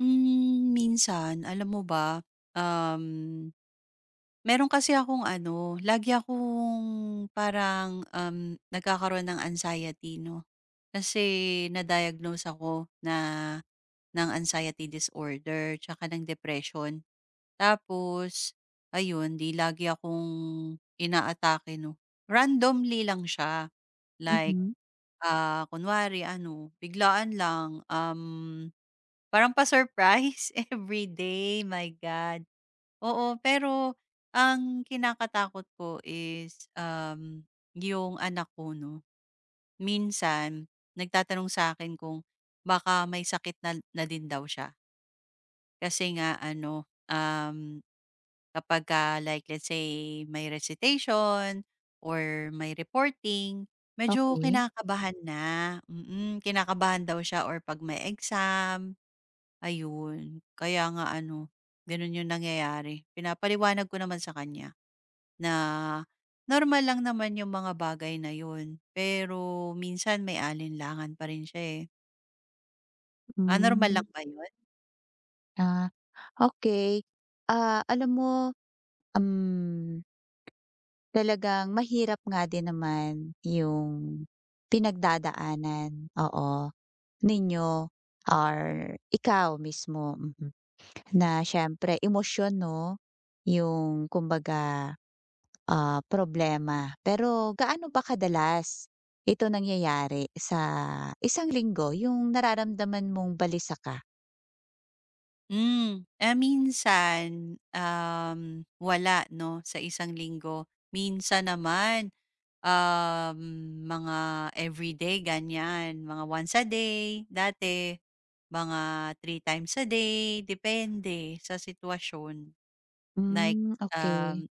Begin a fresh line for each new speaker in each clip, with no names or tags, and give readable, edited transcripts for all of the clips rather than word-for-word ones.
Minsan alam mo ba, um, meron kasi akong ano, lagi akong parang, nagkakaroon ng anxiety 'no. Kasi na-diagnose ako na ng anxiety disorder tsaka ng depression. Tapos ayun, 'di lagi akong inaatake 'no. Randomly lang siya, like,
Mhm,
kunwari ano, biglaan lang, parang pa-surprise every day, my God. Oo, pero ang kinakatakot ko is, yung anak ko 'no, minsan nagtatanong sa akin kung baka may sakit na na din daw siya. Kasi nga ano, um, kapagka like let's say may recitation or may reporting, medyo
okey.
kinakabahan na, kinakabahan daw siya or 'pag may exam. Ayun, kaya nga ano, gano'n 'yung nangyayari. Pinapaliwanag ko naman sa kanya na normal lang naman 'yung mga bagay na 'yun, pero minsan may alinlangan pa rin siya, eh. Ah, normal
Hmm,
lang ba 'yun?
ah, okey. Alam mo, um, talagang mahirap nga din naman yung pinagdadaanan, oo, ninyo or ikaw mismo, mm. Na siyempre emosyon 'no, yung kumbaga, problema. Pero gaano ba kadalas ito nangyayari sa isang linggo, yung nararamdaman mong balisa ka?
Hmm, minsan, wala 'no, sa isang linggo. Minsan naman, Um, mga everyday ganyan, mga once a day, dati mga 3 times a day, depende sa sitwasyon. Like,
Hmm, okey.
um,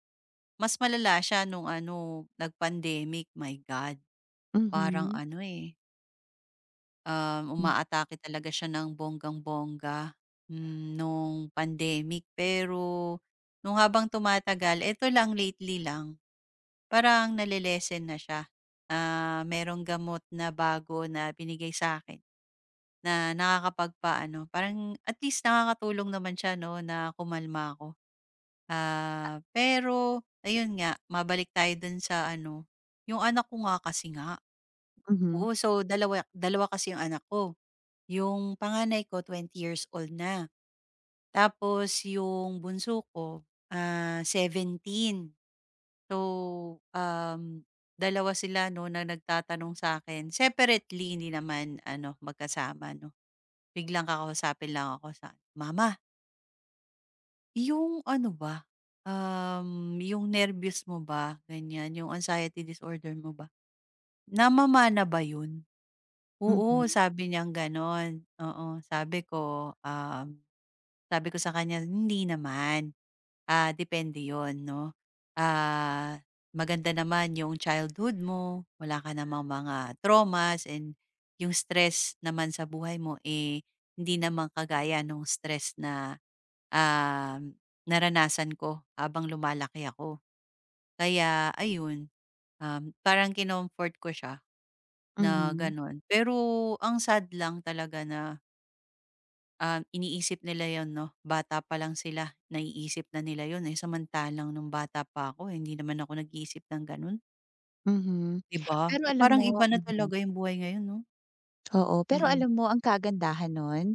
mas malala siya nung ano, nag-pandemic, my God. Parang
Mhm.
ano, eh,
Hmm,
umaatake talaga siya ng bonggang-bongga, nung pandemic. Pero nung habang tumatagal, eto lang lately lang parang na siya. Merong gamot na bago na binigay sa akin, na nakakapagpaano parang at least nakakatulong naman siya 'no, na kumalma ako. Pero ayun nga, mabalik tayo dun sa ano, yung anak ko nga kasi nga.
mhm,
Oo, so dalawa dalawa kasi yung anak ko. Yung panganay ko 20 years old na, tapos yung bunso ko, 17. So, dalawa sila 'no na nagtatanong sa akin separately, hindi naman ano magkasama 'no. Biglang kakausapin lang ako sa, "Mama, yung ano ba, yung nervous mo ba, ganyan, yung anxiety disorder mo ba." Namamana ba yun? Oo,
mhm,
sabi niyang gano'n, oo. Sabi ko sa kanya, "Hindi naman, depende yon, 'no. Ah, Maganda naman yung childhood mo, wala ka namang mga traumas, and yung stress naman sa buhay mo, eh, hindi naman kagaya nung stress na, um, naranasan ko habang lumalaki ako." Kaya ayun, parang kinomfort ko siya na
mhm,
gano'n. Pero ang sad lang talaga na, iniisip nila 'yon 'no, bata pa lang sila naiisip na nila 'yon, eh, samantalang nung bata pa ako eh, hindi naman ako nag-iisip ng gano'n,
mhm.
'di ba?
Pero
Eh,
alam
parang
mo
iba na
mhm,
talaga yung buhay ngayon 'no?
oo. Pero
Mm.
alam mo ang kagandahan nun,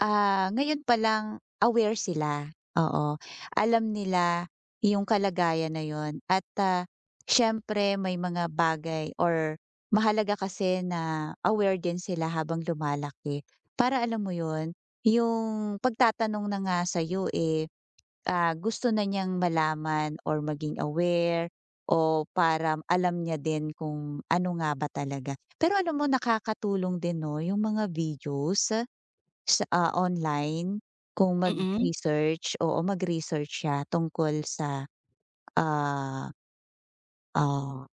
ngayon pa lang aware sila, oo. Alam nila yung kalagayan na yun at, siyempre may mga bagay or mahalaga kasi na aware din sila habang lumalaki. Para alam mo yun, yung pagtatanong na nga sa'yo, eh. Gusto na niyang malaman or maging aware o para alam niya din kung ano nga ba talaga. Pero alam mo nakakatulong din 'no yung mga videos sa, online kung
Mm,
mag-research, o mag-research siya tungkol sa, ah, ah,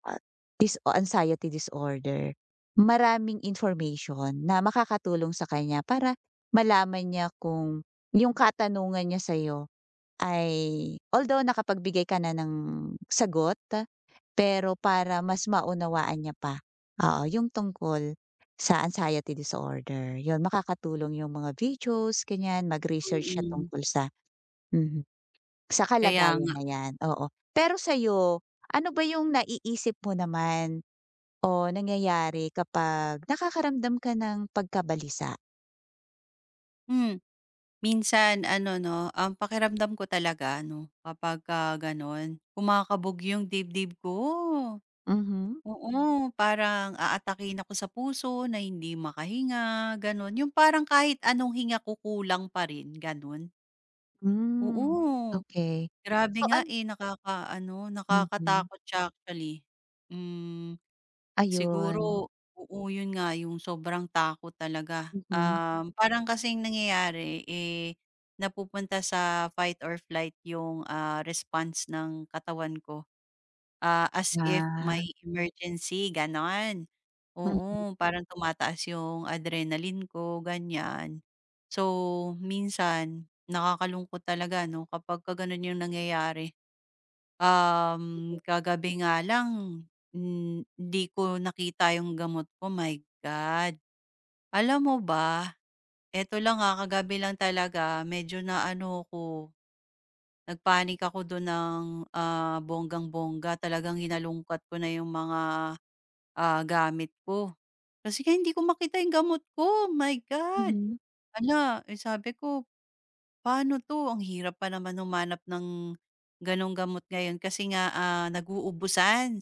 dis anxiety disorder. Maraming information na makakatulong sa kanya para malaman niya kung yung katanungan niya sa'yo ay although nakapagbigay ka na ng sagot, pero para mas maunawaan niya pa, oo, yung tungkol sa anxiety disorder, yun makakatulong yung mga videos ganyan, mag-research siya
mm.
tungkol sa mhm, sa
Kaya
kalagayan
nga.
na yan, oo. Pero sa'yo, ano ba yung naiisip mo naman o nangyayari kapag nakakaramdam ka ng pagkabalisa?
Hmm, Minsan ano 'no, ang pakiramdam ko talaga ano, kapagka gano'n, kumakabog yung dibdib ko.
Mhm,
Oo, parang aatakihin ako sa puso na hindi makahinga, gano'n. Yung parang kahit anong hinga ko kulang pa rin, gano'n. Oo,
hmm, okay.
grabe
So
nga,
an
eh, ano,
mhm,
nakakatakot siya actually. Hmm.
ayun.
Siguro, oo, yun nga yung sobrang takot talaga. Mm.
Mm,
Parang kasing nangyayari, eh, napupunta sa fight or flight yung, response ng katawan ko. As if
ah,
may emergency, gano'n.
hmm,
Oo, parang tumataas yung adrenaline ko, ganyan. So, minsan nakakalungkot talaga 'no kapagka gano'n yung nangyayari. Kagabi nga lang, hindi ko nakita yung gamot ko, my God. Alam mo ba, eto lang, kagabi lang talaga medyo na ano ko, panic ako dun ng, bonggang-bongga. Talagang hinalungkat ko na yung mga, gamit ko. Kasi nga hindi ko makita yung gamot ko, my God.
mhm.
Hala, eh, sabi ko, "Paano 'to?" Ang hirap pa naman humanap ng gano'ng gamot ngayon kasi nga,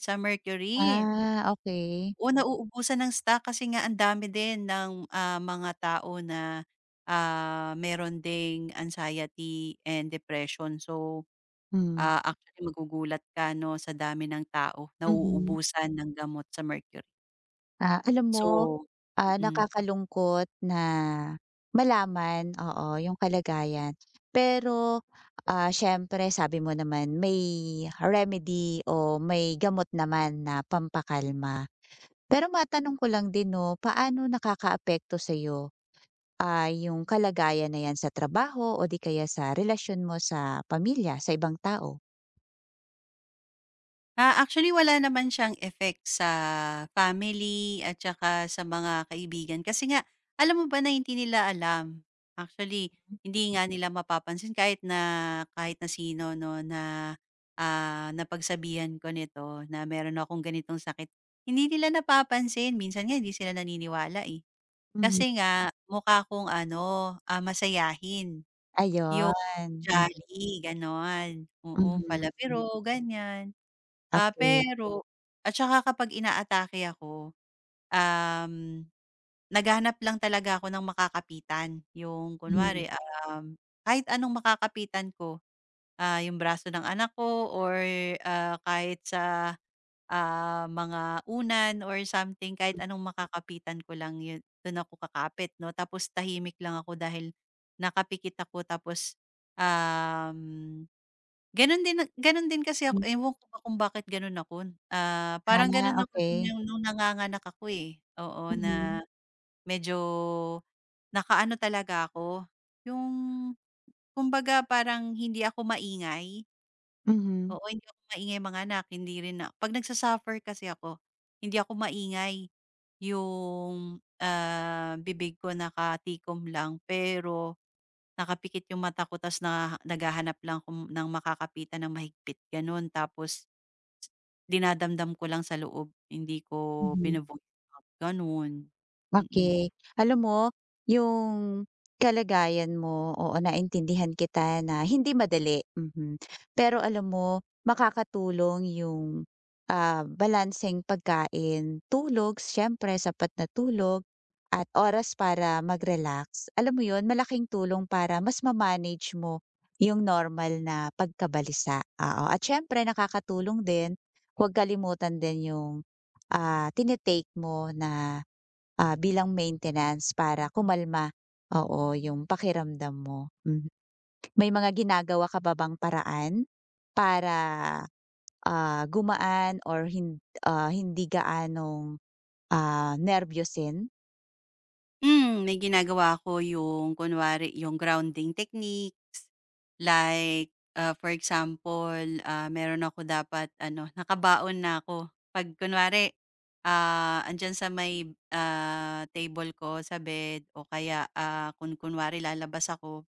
sa Mercury.
Ah, okey.
O nauubusan ng stock kasi nga ang dami din ng, mga tao na, meron ding anxiety and depression. So,
Hmm,
actually magugulat ka 'no, sa dami ng tao
mhm.
nauubusan ng gamot sa Mercury.
Ah, alam mo,
So
ah,
mm.
nakakalungkot na malaman, oo, yung kalagayan. Pero, siyempre sabi mo naman may remedy o may gamot naman na pampakalma. Pero matanong ko lang din 'no, paano nakakaapekto sa'yo, yung kalagayan na yan sa trabaho o di kaya sa relasyon mo sa pamilya, sa ibang tao?
Actually wala naman siyang effect sa family at saka sa mga kaibigan kasi nga alam mo ba na hindi nila alam. Actually, hindi nga nila mapapansin kahit na sino 'no na, napagsabihan ko nito na meron akong ganitong sakit. Hindi nila napapansin, minsan nga hindi sila naniniwala, eh.
Mhm.
Kasi nga mukha akong ano, masayahin. Yung
Ayun, mm,
jolly gano'n, oo,
mhm,
palabiro ganyan.
okey.
Pero at saka kapag inaatake ako, um, naghahanap lang talaga ako ng makakapitan. Yung
Mhm,
kunwari, um kahit anong makakapitan ko, yung braso ng anak ko or, kahit sa, mga unan or something, kahit anong makakapitan ko lang yun dun ako kakapit 'no. Tapos tahimik lang ako dahil nakapikit ako tapos, um, ganun din kasi ako
hmm,
ewan ko ba kung bakit ganun ako, parang ganun ako
okey.
din yung nung nanganganak ako, eh, oo, na
Mhm,
medyo nakaano talaga ako, yung kumbaga parang hindi ako maingay,
mhm,
oo, hindi ako maingay, mga anak hindi rin na 'pag nagsa-suffer kasi ako, hindi ako maingay. Yung, bibig ko nakatikom lang pero nakapikit yung mata ko ta's na naghahanap lang ako ng makakapitan ng mahigpit gano'n tapos dinadamdam ko lang sa loob, hindi ko
mhm.
bino out, gano'n. Mm.
Okay, alam mo, yung kalagayan mo, oo, naintindihan kita na hindi madali, mhm. Pero alam mo, makakatulong yung, balanseng pagkain, tulog, siyempre sapat na tulog at oras para mag-relax. Alam mo yun, malaking tulong para mas ma-manage mo yung normal na pagkabalisa, oo. At siyempre nakakatulong din, huwag kalimutan din yung, ah, tini mo na bilang maintenance para kumalma, oo, yung pakiramdam mo. Mhm. May mga ginagawa ka ba bang paraan para, ah, gumaan or hin ah, hindi gaanong, nerbyusin?
May ginagawa ako yung kunwari yung grounding techniques, like, for example, meron ako dapat ano, nakabaon na ako. 'Pag kunwari, andiyan sa may, table ko sa bed o kaya, kung kunwari lalabas ako,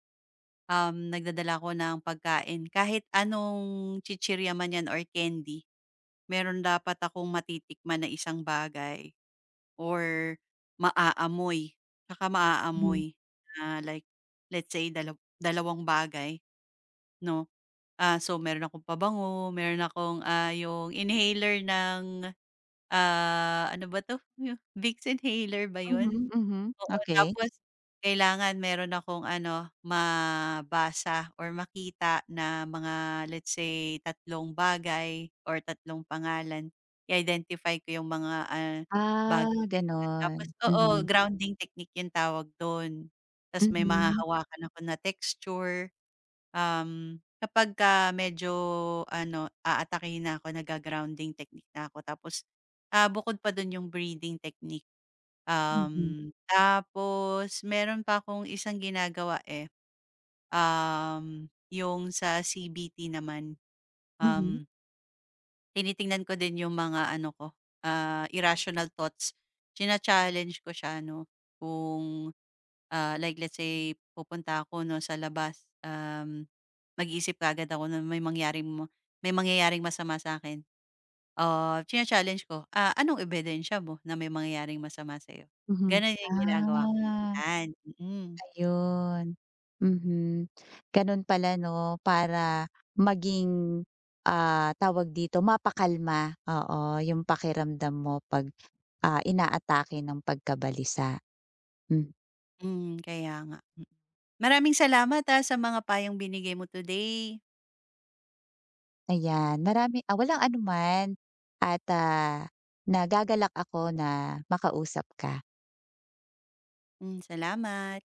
nagdadala ko ng pagkain kahit anong chichirya man 'yan or candy, meron dapat akong matitikman na isang bagay or maaamoy, tsaka
Mhm.
maaamoy na like let's say dalawang bagay 'no. So meron akong pabango, meron akong, yung inhaler ng, ano ba 'to, yung Vicks inhaler ba yun?
Mhm, mhm,
Oo,
okey.
tapos kailangan meron akong ano, mabasa or makita na mga let's say, tatlong bagay or tatlong pangalan. I-identify ko yung mga,
Ah,
bagay,
gano'n.
tapos oo,
Mhm,
grounding technique yung tawag dun. Tas may
mhm,
mahahawakan ako na texture, kapag ka medyo ano, aatake na ako, nagga-grounding technique na ako tapos, bukod pa dun yung breathing technique.
mhm,
Tapos meron pa akong isang ginagawa, eh, yung sa CBT naman,
mhm,
um, tinitingnan ko din yung mga ano ko, irrational thoughts. China-challenge ko siya 'no, kung like let's say pupunta ako 'no sa labas, mag-iisip kaagad ako na may mangyaring ma may mangyayaring masama sa'kin. China-challenge ko, "Ah, anong ebidensya mo na may mangyayaring masama sa'yo?"
mhm.
Gano'n yung ginagawa ko
Ah.
minsan, mm.
Yun, mhm. Ganun pala 'no, para maging, tawag dito, mapakalma, oo, yung pakiramdam mo 'pag, inaatake ng pagkabalisa. Hmm,
Kaya nga. Maraming salamat, sa mga payong binigay mo today.
ayan, marami walang anuman at, nagagalak ako na makausap ka.
Salamat.